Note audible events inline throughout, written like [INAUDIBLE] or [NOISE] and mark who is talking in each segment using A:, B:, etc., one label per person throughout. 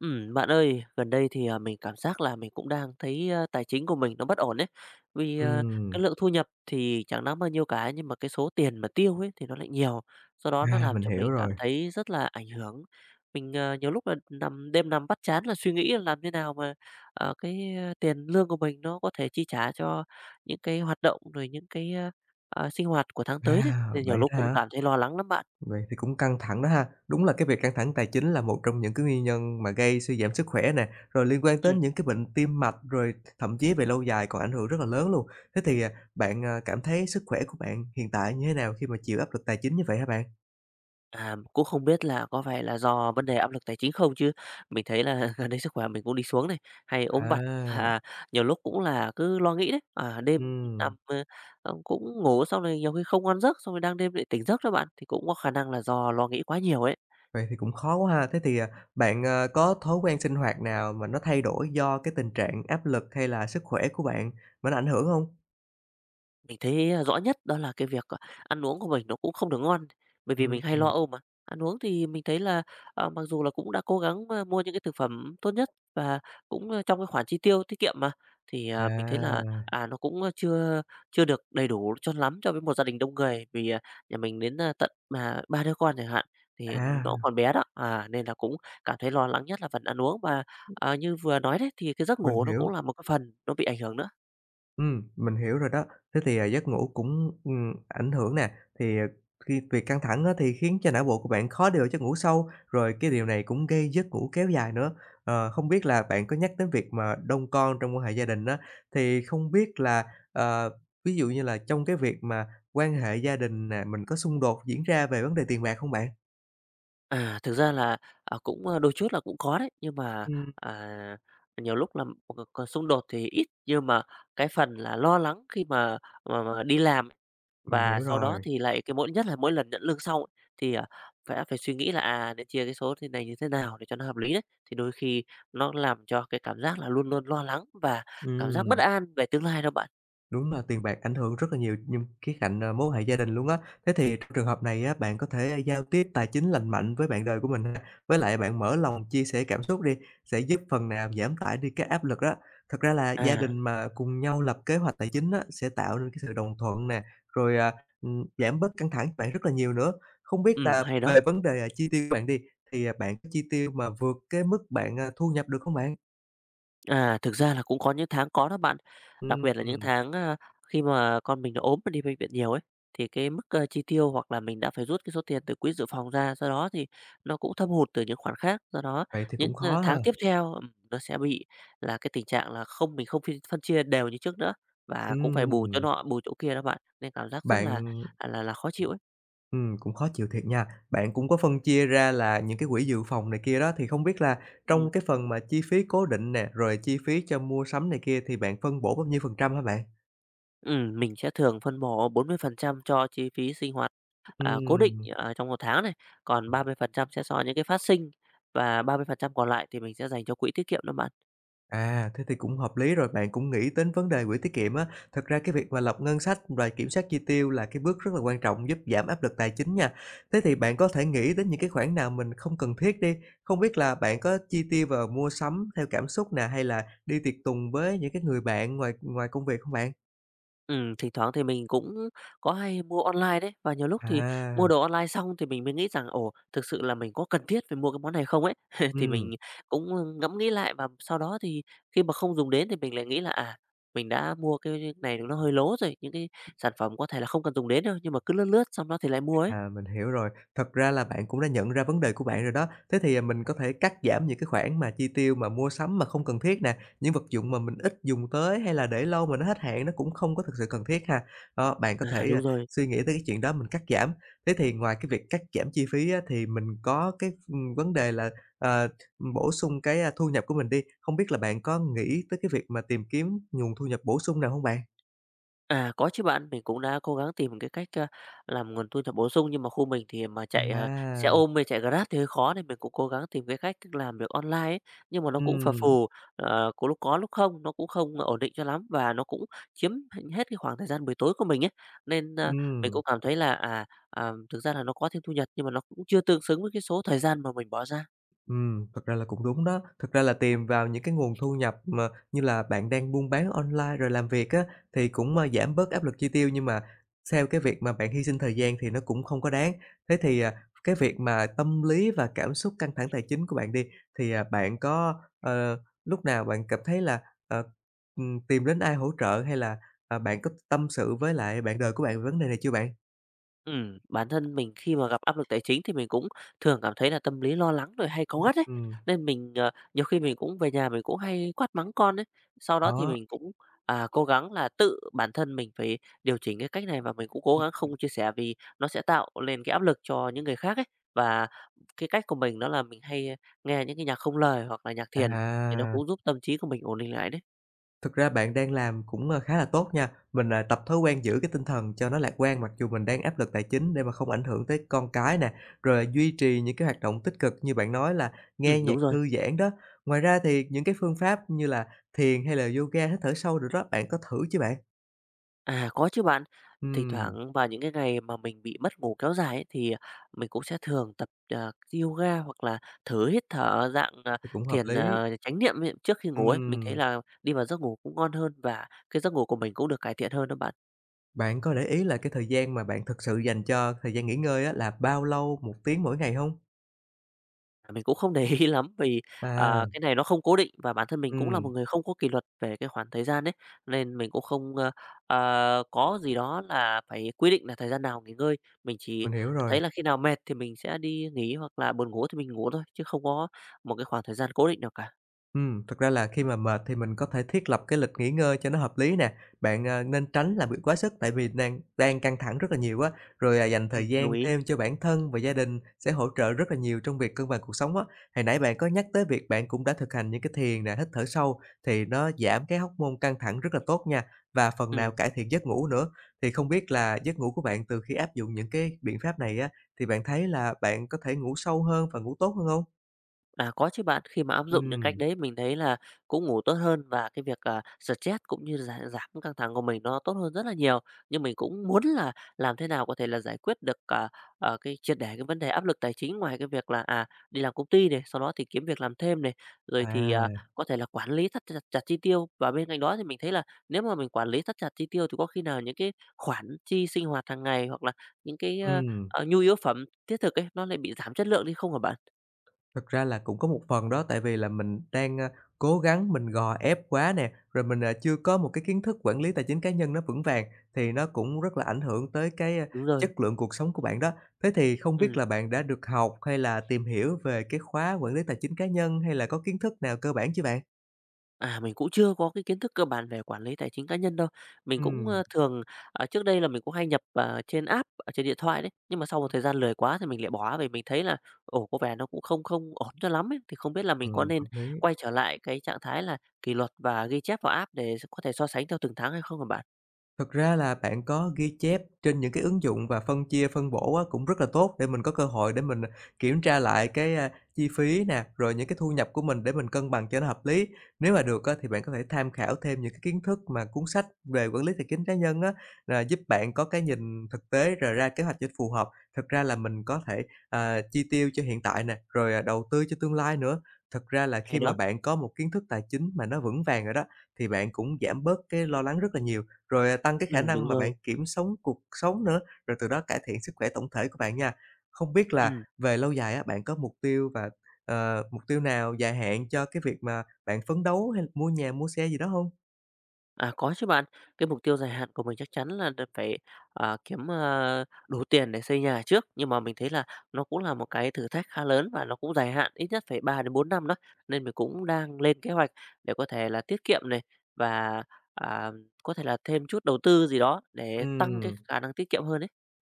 A: Bạn ơi, gần đây thì, mình cảm giác là mình cũng đang thấy, tài chính của mình nó bất ổn ấy. Vì,
B: Ừm,
A: cái lượng thu nhập thì chẳng đáng bao nhiêu cả, nhưng mà cái số tiền mà tiêu ấy thì nó lại nhiều, do đó nó làm
B: mình
A: cho
B: hiểu
A: mình
B: rồi.
A: cảm thấy rất là ảnh hưởng. Mình, nhiều lúc là nằm đêm nằm bắt chán là suy nghĩ là làm thế nào mà, cái, tiền lương của mình nó có thể chi trả cho những cái hoạt động, rồi những cái, sinh hoạt của tháng tới đấy,
B: À,
A: nên nhiều
B: vậy
A: lúc
B: đó
A: cũng
B: hả?
A: cảm thấy lo lắng lắm bạn.
B: Vậy thì cũng căng thẳng đó ha. Đúng là cái việc căng thẳng tài chính là một trong những cái nguyên nhân mà gây suy giảm sức khỏe nè, rồi liên quan
A: Ừm.
B: đến những cái bệnh tim mạch, rồi thậm chí về lâu dài còn ảnh hưởng rất là lớn luôn. Thế thì, bạn, cảm thấy sức khỏe của bạn hiện tại như thế nào khi mà chịu áp lực tài chính như vậy hả bạn?
A: À, cũng không biết là có phải là do vấn đề áp lực tài chính không chứ? Mình thấy là [LAUGHS] gần đây sức khỏe mình cũng đi xuống này, hay ốm vặt,
B: À,
A: à, nhiều lúc cũng là cứ lo nghĩ đấy. À, đêm
B: ừm,
A: nằm, cũng ngủ xong rồi nhiều khi không ngon giấc, xong rồi đang đêm lại tỉnh giấc đó bạn, thì cũng có khả năng là do lo nghĩ quá nhiều ấy.
B: vậy thì cũng khó quá ha. Thế thì, bạn, có thói quen sinh hoạt nào mà nó thay đổi do cái tình trạng áp lực hay là sức khỏe của bạn mà nó ảnh hưởng không?
A: Mình thấy, rõ nhất đó là cái việc, ăn uống của mình nó cũng không được ngon, bởi vì mình hay lo
B: Ừm,
A: âu mà. Ăn uống thì mình thấy là, mặc dù là cũng đã cố gắng, mua những cái thực phẩm tốt nhất và cũng, trong cái khoản chi tiêu tiết kiệm mà, thì, mình thấy là,
B: à.
A: nó cũng, chưa chưa được đầy đủ cho lắm cho với một gia đình đông người. Vì, nhà mình đến, tận, mà 3 đứa con chẳng hạn, thì
B: À,
A: nó còn bé đó, nên là cũng cảm thấy lo lắng nhất là phần ăn uống. Và, như vừa nói đấy, thì cái giấc
B: mình
A: ngủ nó cũng
B: hiểu,
A: là một cái phần nó bị ảnh hưởng nữa.
B: mình hiểu rồi đó. Thế thì, giấc ngủ cũng, ảnh hưởng nè, thì, khi việc căng thẳng á thì khiến cho não bộ của bạn khó điều giấc ngủ sâu, rồi cái điều này cũng gây giấc ngủ kéo dài nữa. Không biết là bạn có nhắc đến việc mà đông con trong quan hệ gia đình á, thì không biết là, ờ, ví dụ như là trong cái việc mà quan hệ gia đình nè, mình có xung đột diễn ra về vấn đề tiền bạc hông bạn?
A: À, thực ra là, cũng, đôi chút là cũng có đấy, nhưng mà,
B: Ừm,
A: à, nhiều lúc là c c xung đột thì ít, nhưng mà cái phần là lo lắng khi mà đi làm ấy,
B: mình
A: và
B: hiểu
A: sau đó
B: rồi,
A: thì lại cái mỗi nhất là mỗi lần nhận lương xong ấy, thì, sẽ phải suy nghĩ là, nên chia cái số thế này như thế nào để cho nó hợp lý đấy. Thì đôi khi nó làm cho cái cảm giác là luôn luôn lo lắng và cảm giác bất
B: ừm.
A: an về tương lai đó bạn.
B: Đúng là tiền bạc ảnh hưởng rất là nhiều nhưng khía cạnh, mối hệ gia đình luôn á. Thế thì trong trường hợp này á, bạn có thể, giao tiếp tài chính lành mạnh với bạn đời của mình ha, với lại bạn mở lòng chia sẻ cảm xúc đi, sẽ giúp phần nào giảm tải đi cái áp lực đó. Thật ra là gia
A: À,
B: đình mà cùng nhau lập kế hoạch tài chính á, sẽ tạo nên cái sự đồng thuận nè, rồi, giảm bớt căng thẳng cho bạn rất là nhiều nữa. Không biết là
A: hay đó.
B: về vấn đề, chi tiêu của bạn đi, thì, bạn có chi tiêu mà vượt cái mức bạn, thu nhập được hông bạn?
A: À, thực ra là cũng có những tháng có đó bạn. Đặc biệt là những
B: Ừm,
A: tháng, khi mà con mình nó ốm và đi bệnh viện nhiều ấy, thì cái mức, chi tiêu hoặc là mình đã phải rút cái số tiền từ quỹ dự phòng ra, do đó thì nó cũng thâm hụt từ những khoản khác. Do đó
B: vậy thì
A: những,
B: cũng khó ha.
A: tháng tiếp theo, nó sẽ bị là cái tình trạng là không mình không phi phân chia đều như trước nữa và cũng phải bù cho
B: Ừm,
A: nọ, bù chỗ kia đó bạn, nên cảm giác rất
B: bạn.
A: là, là khó chịu ấy.
B: Cũng khó chịu thiệt nha. Bạn cũng có phân chia ra là những cái quỹ dự phòng này kia đó, thì không biết là trong cái phần mà chi phí cố định nè, rồi chi phí cho mua sắm này kia thì bạn phân bổ bao nhiêu phần trăm hả bạn?
A: Mình sẽ thường phân bổ 40% cho chi phí sinh hoạt, cố định,
B: Ừm,
A: trong một tháng này, còn 30% sẽ cho những cái phát sinh và 30% còn lại thì mình sẽ dành cho quỹ tiết kiệm đó bạn.
B: thế thì cũng hợp lý rồi, bạn cũng nghĩ đến vấn đề quỹ tiết kiệm á. Thật ra cái việc mà lập ngân sách và kiểm soát chi tiêu là cái bước rất là quan trọng giúp giảm áp lực tài chính nha. Thế thì bạn có thể nghĩ đến những cái khoản nào mình không cần thiết đi, không biết là bạn có chi tiêu vào mua sắm theo cảm xúc nè, hay là đi tiệc tùng với những cái người bạn ngoài ngoài công việc không bạn?
A: Thỉnh thoảng thì mình cũng có hay mua online đấy, và nhiều lúc thì
B: À,
A: mua đồ online xong thì mình mới nghĩ rằng, ồ, thực sự là mình có cần thiết phải mua cái món này không ấy? [LAUGHS] Thì mình
B: ừm,
A: cũng ngẫm nghĩ lại và sau đó thì khi mà không dùng đến thì mình lại nghĩ là, mình đã mua cái này nó hơi lố rồi, những cái sản phẩm có thể là không cần dùng đến đâu, nhưng mà cứ lướt lướt xong đó thì lại mua ấy.
B: mình hiểu rồi. Thật ra là bạn cũng đã nhận ra vấn đề của bạn rồi đó. Thế thì, mình có thể cắt giảm những cái khoản mà chi tiêu mà mua sắm mà không cần thiết nè, những vật dụng mà mình ít dùng tới hay là để lâu mà nó hết hạn nó cũng không có thực sự cần thiết ha. Đó, bạn có
A: À,
B: thể,
A: đúng rồi.
B: suy nghĩ tới cái chuyện đó mình cắt giảm. Thế thì ngoài cái việc cắt giảm chi phí á, thì mình có cái, vấn đề là, ờ, bổ sung cái, thu nhập của mình đi, không biết là bạn có nghĩ tới cái việc mà tìm kiếm nguồn thu nhập bổ sung nào không bạn?
A: À, có chứ bạn, mình cũng đã cố gắng tìm cái cách, làm nguồn thu nhập bổ sung, nhưng mà khu mình thì mà chạy, xe
B: À,
A: ôm hay chạy Grab thì hơi khó nên mình cũng cố gắng tìm cái cách làm việc online ấy, nhưng mà nó cũng phập
B: ừm,
A: phù, có lúc không, nó cũng không ổn định cho lắm và nó cũng chiếm hết cái khoảng thời gian buổi tối của mình ấy. Nên, mình
B: ừm.
A: cũng cảm thấy là, thực ra là nó có thêm thu nhập nhưng mà nó cũng chưa tương xứng với cái số thời gian mà mình bỏ ra.
B: Thật ra là cũng đúng đó. Thực ra là tìm vào những cái nguồn thu nhập mà như là bạn đang buôn bán online rồi làm việc á, thì cũng, giảm bớt áp lực chi tiêu, nhưng mà theo cái việc mà bạn hy sinh thời gian thì nó cũng không có đáng. Thế thì, cái việc mà tâm lý và cảm xúc căng thẳng tài chính của bạn đi, thì, bạn có, lúc nào bạn cảm thấy là, ờ, tìm đến ai hỗ trợ hay là, bạn có tâm sự với lại bạn đời của bạn về vấn đề này chưa bạn?
A: Bản thân mình khi mà gặp áp lực tài chính thì mình cũng thường cảm thấy là tâm lý lo lắng rồi hay cáu gắt ấy,
B: Ừm,
A: nên mình, nhiều khi mình cũng về nhà mình cũng hay quát mắng con ấy. Sau đó thì
B: đó.
A: mình cũng, cố gắng là tự bản thân mình phải điều chỉnh cái cách này và mình cũng cố
B: Ừ.
A: gắng không chia sẻ vì nó sẽ tạo lên cái áp lực cho những người khác ấy. Và cái cách của mình đó là mình hay nghe những cái nhạc không lời hoặc là nhạc thiền thì nó
B: À.
A: cũng giúp tâm trí của mình ổn định lại đấy.
B: Thực ra bạn đang làm cũng, khá là tốt nha. Mình, tập thói quen giữ cái tinh thần cho nó lạc quan mặc dù mình đang áp lực tài chính để mà không ảnh hưởng tới con cái nè, rồi là duy trì những cái hoạt động tích cực như bạn nói là
A: Ừ,
B: nghe nhạc
A: đúng rồi.
B: thư giãn đó. Ngoài ra thì những cái phương pháp như là thiền hay là yoga, hít thở sâu được đó, bạn có thử chứ bạn?
A: À, có chứ bạn. Thỉnh
B: Ừm,
A: thoảng vào những cái ngày mà mình bị mất ngủ kéo dài ấy, thì mình cũng sẽ thường tập, yoga hoặc là thử hít thở dạng,
B: thì cũng hợp
A: thiền,
B: lý.
A: chánh niệm ấy, trước khi ngủ ấy. Mình thấy
B: Ừm,
A: là đi vào giấc ngủ cũng ngon hơn và cái giấc ngủ của mình cũng được cải thiện hơn đó bạn.
B: bạn có để ý là cái thời gian mà bạn thực sự dành cho thời gian nghỉ ngơi á là bao lâu, một tiếng mỗi ngày không?
A: À, mình cũng không để ý lắm vì,
B: À,
A: cái này nó không cố định và bản thân mình cũng là một
B: ừm,
A: người không có kỷ luật về cái khoảng thời gian đấy nên mình cũng không, có gì đó là phải quy định là thời gian nào nghỉ ngơi. Mình chỉ
B: mình hiểu rồi.
A: thấy là khi nào mệt thì mình sẽ đi nghỉ hoặc là buồn ngủ thì mình ngủ thôi, chứ không có một cái khoảng thời gian cố định nào cả.
B: Thực ra là khi mà mệt thì mình có thể thiết lập cái lịch nghỉ ngơi cho nó hợp lý nè. Bạn, nên tránh làm việc quá sức tại vì đang đang căng thẳng rất là nhiều á, rồi, dành thời
A: Đồng
B: gian
A: ý.
B: thêm cho bản thân và gia đình sẽ hỗ trợ rất là nhiều trong việc cân bằng cuộc sống á. Hồi nãy bạn có nhắc tới việc bạn cũng đã thực hành những cái thiền nè, hít thở sâu thì nó giảm cái hormone căng thẳng rất là tốt nha, và phần nào
A: Ừm.
B: cải thiện giấc ngủ nữa. Thì không biết là giấc ngủ của bạn từ khi áp dụng những cái biện pháp này á, thì bạn thấy là bạn có thể ngủ sâu hơn và ngủ tốt hơn không?
A: À, có chứ bạn, khi mà áp dụng những cách
B: Ừm,
A: đấy mình thấy là cũng ngủ tốt hơn và cái việc, stress cũng như giảm giảm căng thẳng của mình nó tốt hơn rất là nhiều. Nhưng mình cũng muốn là làm thế nào có thể là giải quyết được, cái triệt để cái vấn đề áp lực tài chính ngoài cái việc là, đi làm công ty này, sau đó thì kiếm việc làm thêm này, rồi thì,
B: à,
A: có thể là quản lý thắt chặt chặt chi tiêu. Và bên cạnh đó thì mình thấy là nếu mà mình quản lý thắt chặt chi tiêu thì có khi nào những cái khoản chi sinh hoạt hàng ngày hoặc là những cái,
B: ừm.
A: nhu yếu phẩm thiết thực ấy, nó lại bị giảm chất lượng đi không hả bạn?
B: Thật ra là cũng có một phần đó, tại vì là mình đang, cố gắng mình gò ép quá nè, rồi mình, chưa có một cái kiến thức quản lý tài chính cá nhân nó vững vàng, thì nó cũng rất là ảnh hưởng tới cái,
A: Đúng rồi.
B: chất lượng cuộc sống của bạn đó. Thế thì không biết
A: Ừ.
B: là bạn đã được học hay là tìm hiểu về cái khóa quản lý tài chính cá nhân, hay là có kiến thức nào cơ bản chưa bạn?
A: À, mình cũng chưa có cái kiến thức cơ bản về quản lý tài chính cá nhân đâu. Mình cũng,
B: Ừm,
A: thường trước đây là mình cũng hay nhập, trên app ở trên điện thoại đấy, nhưng mà sau một thời gian lười quá thì mình lại bỏ, vì mình thấy là, ồ, có vẻ nó cũng không không ổn cho lắm ấy. Thì không biết là mình có nên
B: hợp lý.
A: quay trở lại cái trạng thái là kỷ luật và ghi chép vào app để có thể so sánh theo từng tháng hay không hả bạn?
B: Thực ra là bạn có ghi chép trên những cái ứng dụng và phân chia, phân bổ á, cũng rất là tốt để mình có cơ hội để mình, kiểm tra lại cái, chi phí nè, rồi những cái thu nhập của mình để mình cân bằng cho nó hợp lý. Nếu mà được á, thì bạn có thể tham khảo thêm những cái kiến thức mà cuốn sách về quản lý tài chính cá nhân á, là giúp bạn có cái nhìn thực tế rồi ra kế hoạch cho phù hợp. Thực ra là mình có thể, chi tiêu cho hiện tại nè, rồi, đầu tư cho tương lai nữa. Thực ra là
A: Hay
B: khi mà
A: đó.
B: bạn có một kiến thức tài chính mà nó vững vàng rồi đó, thì bạn cũng giảm bớt cái lo lắng rất là nhiều. Rồi, tăng cái khả năng
A: Đúng
B: mà bạn
A: rồi.
B: kiểm soát cuộc sống nữa, rồi từ đó cải thiện sức khỏe tổng thể của bạn nha. Không biết là
A: Ừm.
B: về lâu dài á, bạn có mục tiêu và, mục tiêu nào dài hạn cho cái việc mà bạn phấn đấu hay là mua nhà, mua xe gì đó không?
A: À, có chứ bạn. Cái mục tiêu dài hạn của mình chắc chắn là phải, kiếm, đủ tiền để xây nhà trước, nhưng mà mình thấy là nó cũng là một cái thử thách khá lớn và nó cũng dài hạn, ít nhất phải 3 đến 4 năm đó, nên mình cũng đang lên kế hoạch để có thể là tiết kiệm này và, à, có thể là thêm chút đầu tư gì đó để tăng cái
B: Ừm.
A: khả năng tiết kiệm hơn ấy.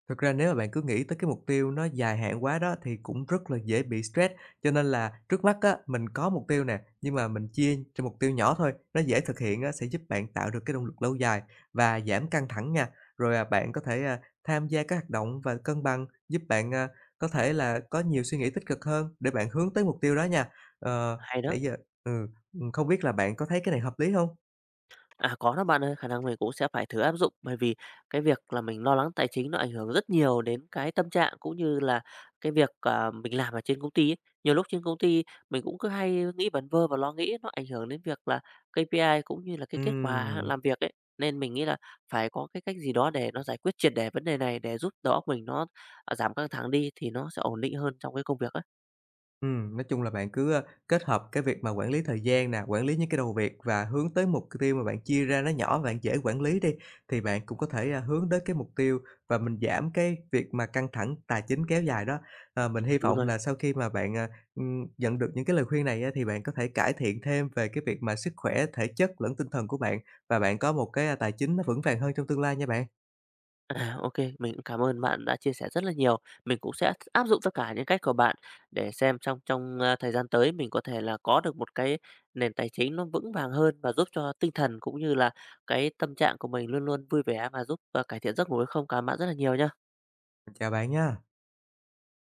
B: Thực ra nếu mà bạn cứ nghĩ tới cái mục tiêu nó dài hạn quá đó thì cũng rất là dễ bị stress. Cho nên là trước mắt á, mình có mục tiêu nè, nhưng mà mình chia cho mục tiêu nhỏ thôi, nó dễ thực hiện á, sẽ giúp bạn tạo được cái động lực lâu dài và giảm căng thẳng nha. Rồi à, bạn có thể à, tham gia các hoạt động và cân bằng giúp bạn à, có thể là có nhiều suy nghĩ tích cực hơn để bạn hướng tới mục tiêu đó nha. Ờ,
A: Hay đó.
B: nãy giờ, ừ, ừ, không biết là bạn có thấy cái này hợp lý không?
A: À, có đó bạn ơi, khả năng mình cũng sẽ phải thử áp dụng bởi vì cái việc là mình lo lắng tài chính nó ảnh hưởng rất nhiều đến cái tâm trạng cũng như là cái việc, mình làm ở trên công ty ấy. Nhiều lúc trên công ty mình cũng cứ hay nghĩ vẩn vơ và lo nghĩ nó ảnh hưởng đến việc là KPI cũng như là cái kết quả
B: Ừm.
A: làm việc ấy. Nên mình nghĩ là phải có cái cách gì đó để nó giải quyết triệt để vấn đề này để giúp đầu óc mình nó, giảm căng thẳng đi thì nó sẽ ổn định hơn trong cái công việc á.
B: Nói chung là bạn cứ, kết hợp cái việc mà quản lý thời gian nè, quản lý những cái đầu việc và hướng tới mục tiêu mà bạn chia ra nó nhỏ, bạn dễ quản lý đi, thì bạn cũng có thể, hướng đến cái mục tiêu và mình giảm cái việc mà căng thẳng tài chính kéo dài đó. Ờ, mình hy
A: Đúng
B: vọng
A: rồi.
B: là sau khi mà bạn, nhận được những cái lời khuyên này á, thì bạn có thể cải thiện thêm về cái việc mà sức khỏe thể chất lẫn tinh thần của bạn và bạn có một cái, tài chính nó vững vàng hơn trong tương lai nha bạn.
A: À, ô mình cũng cảm ơn bạn đã chia sẻ rất là nhiều. Mình cũng sẽ áp dụng tất cả những cách của bạn để xem trong trong, a, thời gian tới mình có thể là có được một cái nền tài chính nó vững vàng hơn và giúp cho tinh thần cũng như là cái tâm trạng của mình luôn luôn vui vẻ và giúp, cải thiện giấc ngủ hay không. Cảm ơn bạn rất là nhiều nha.
B: Chào bạn nha.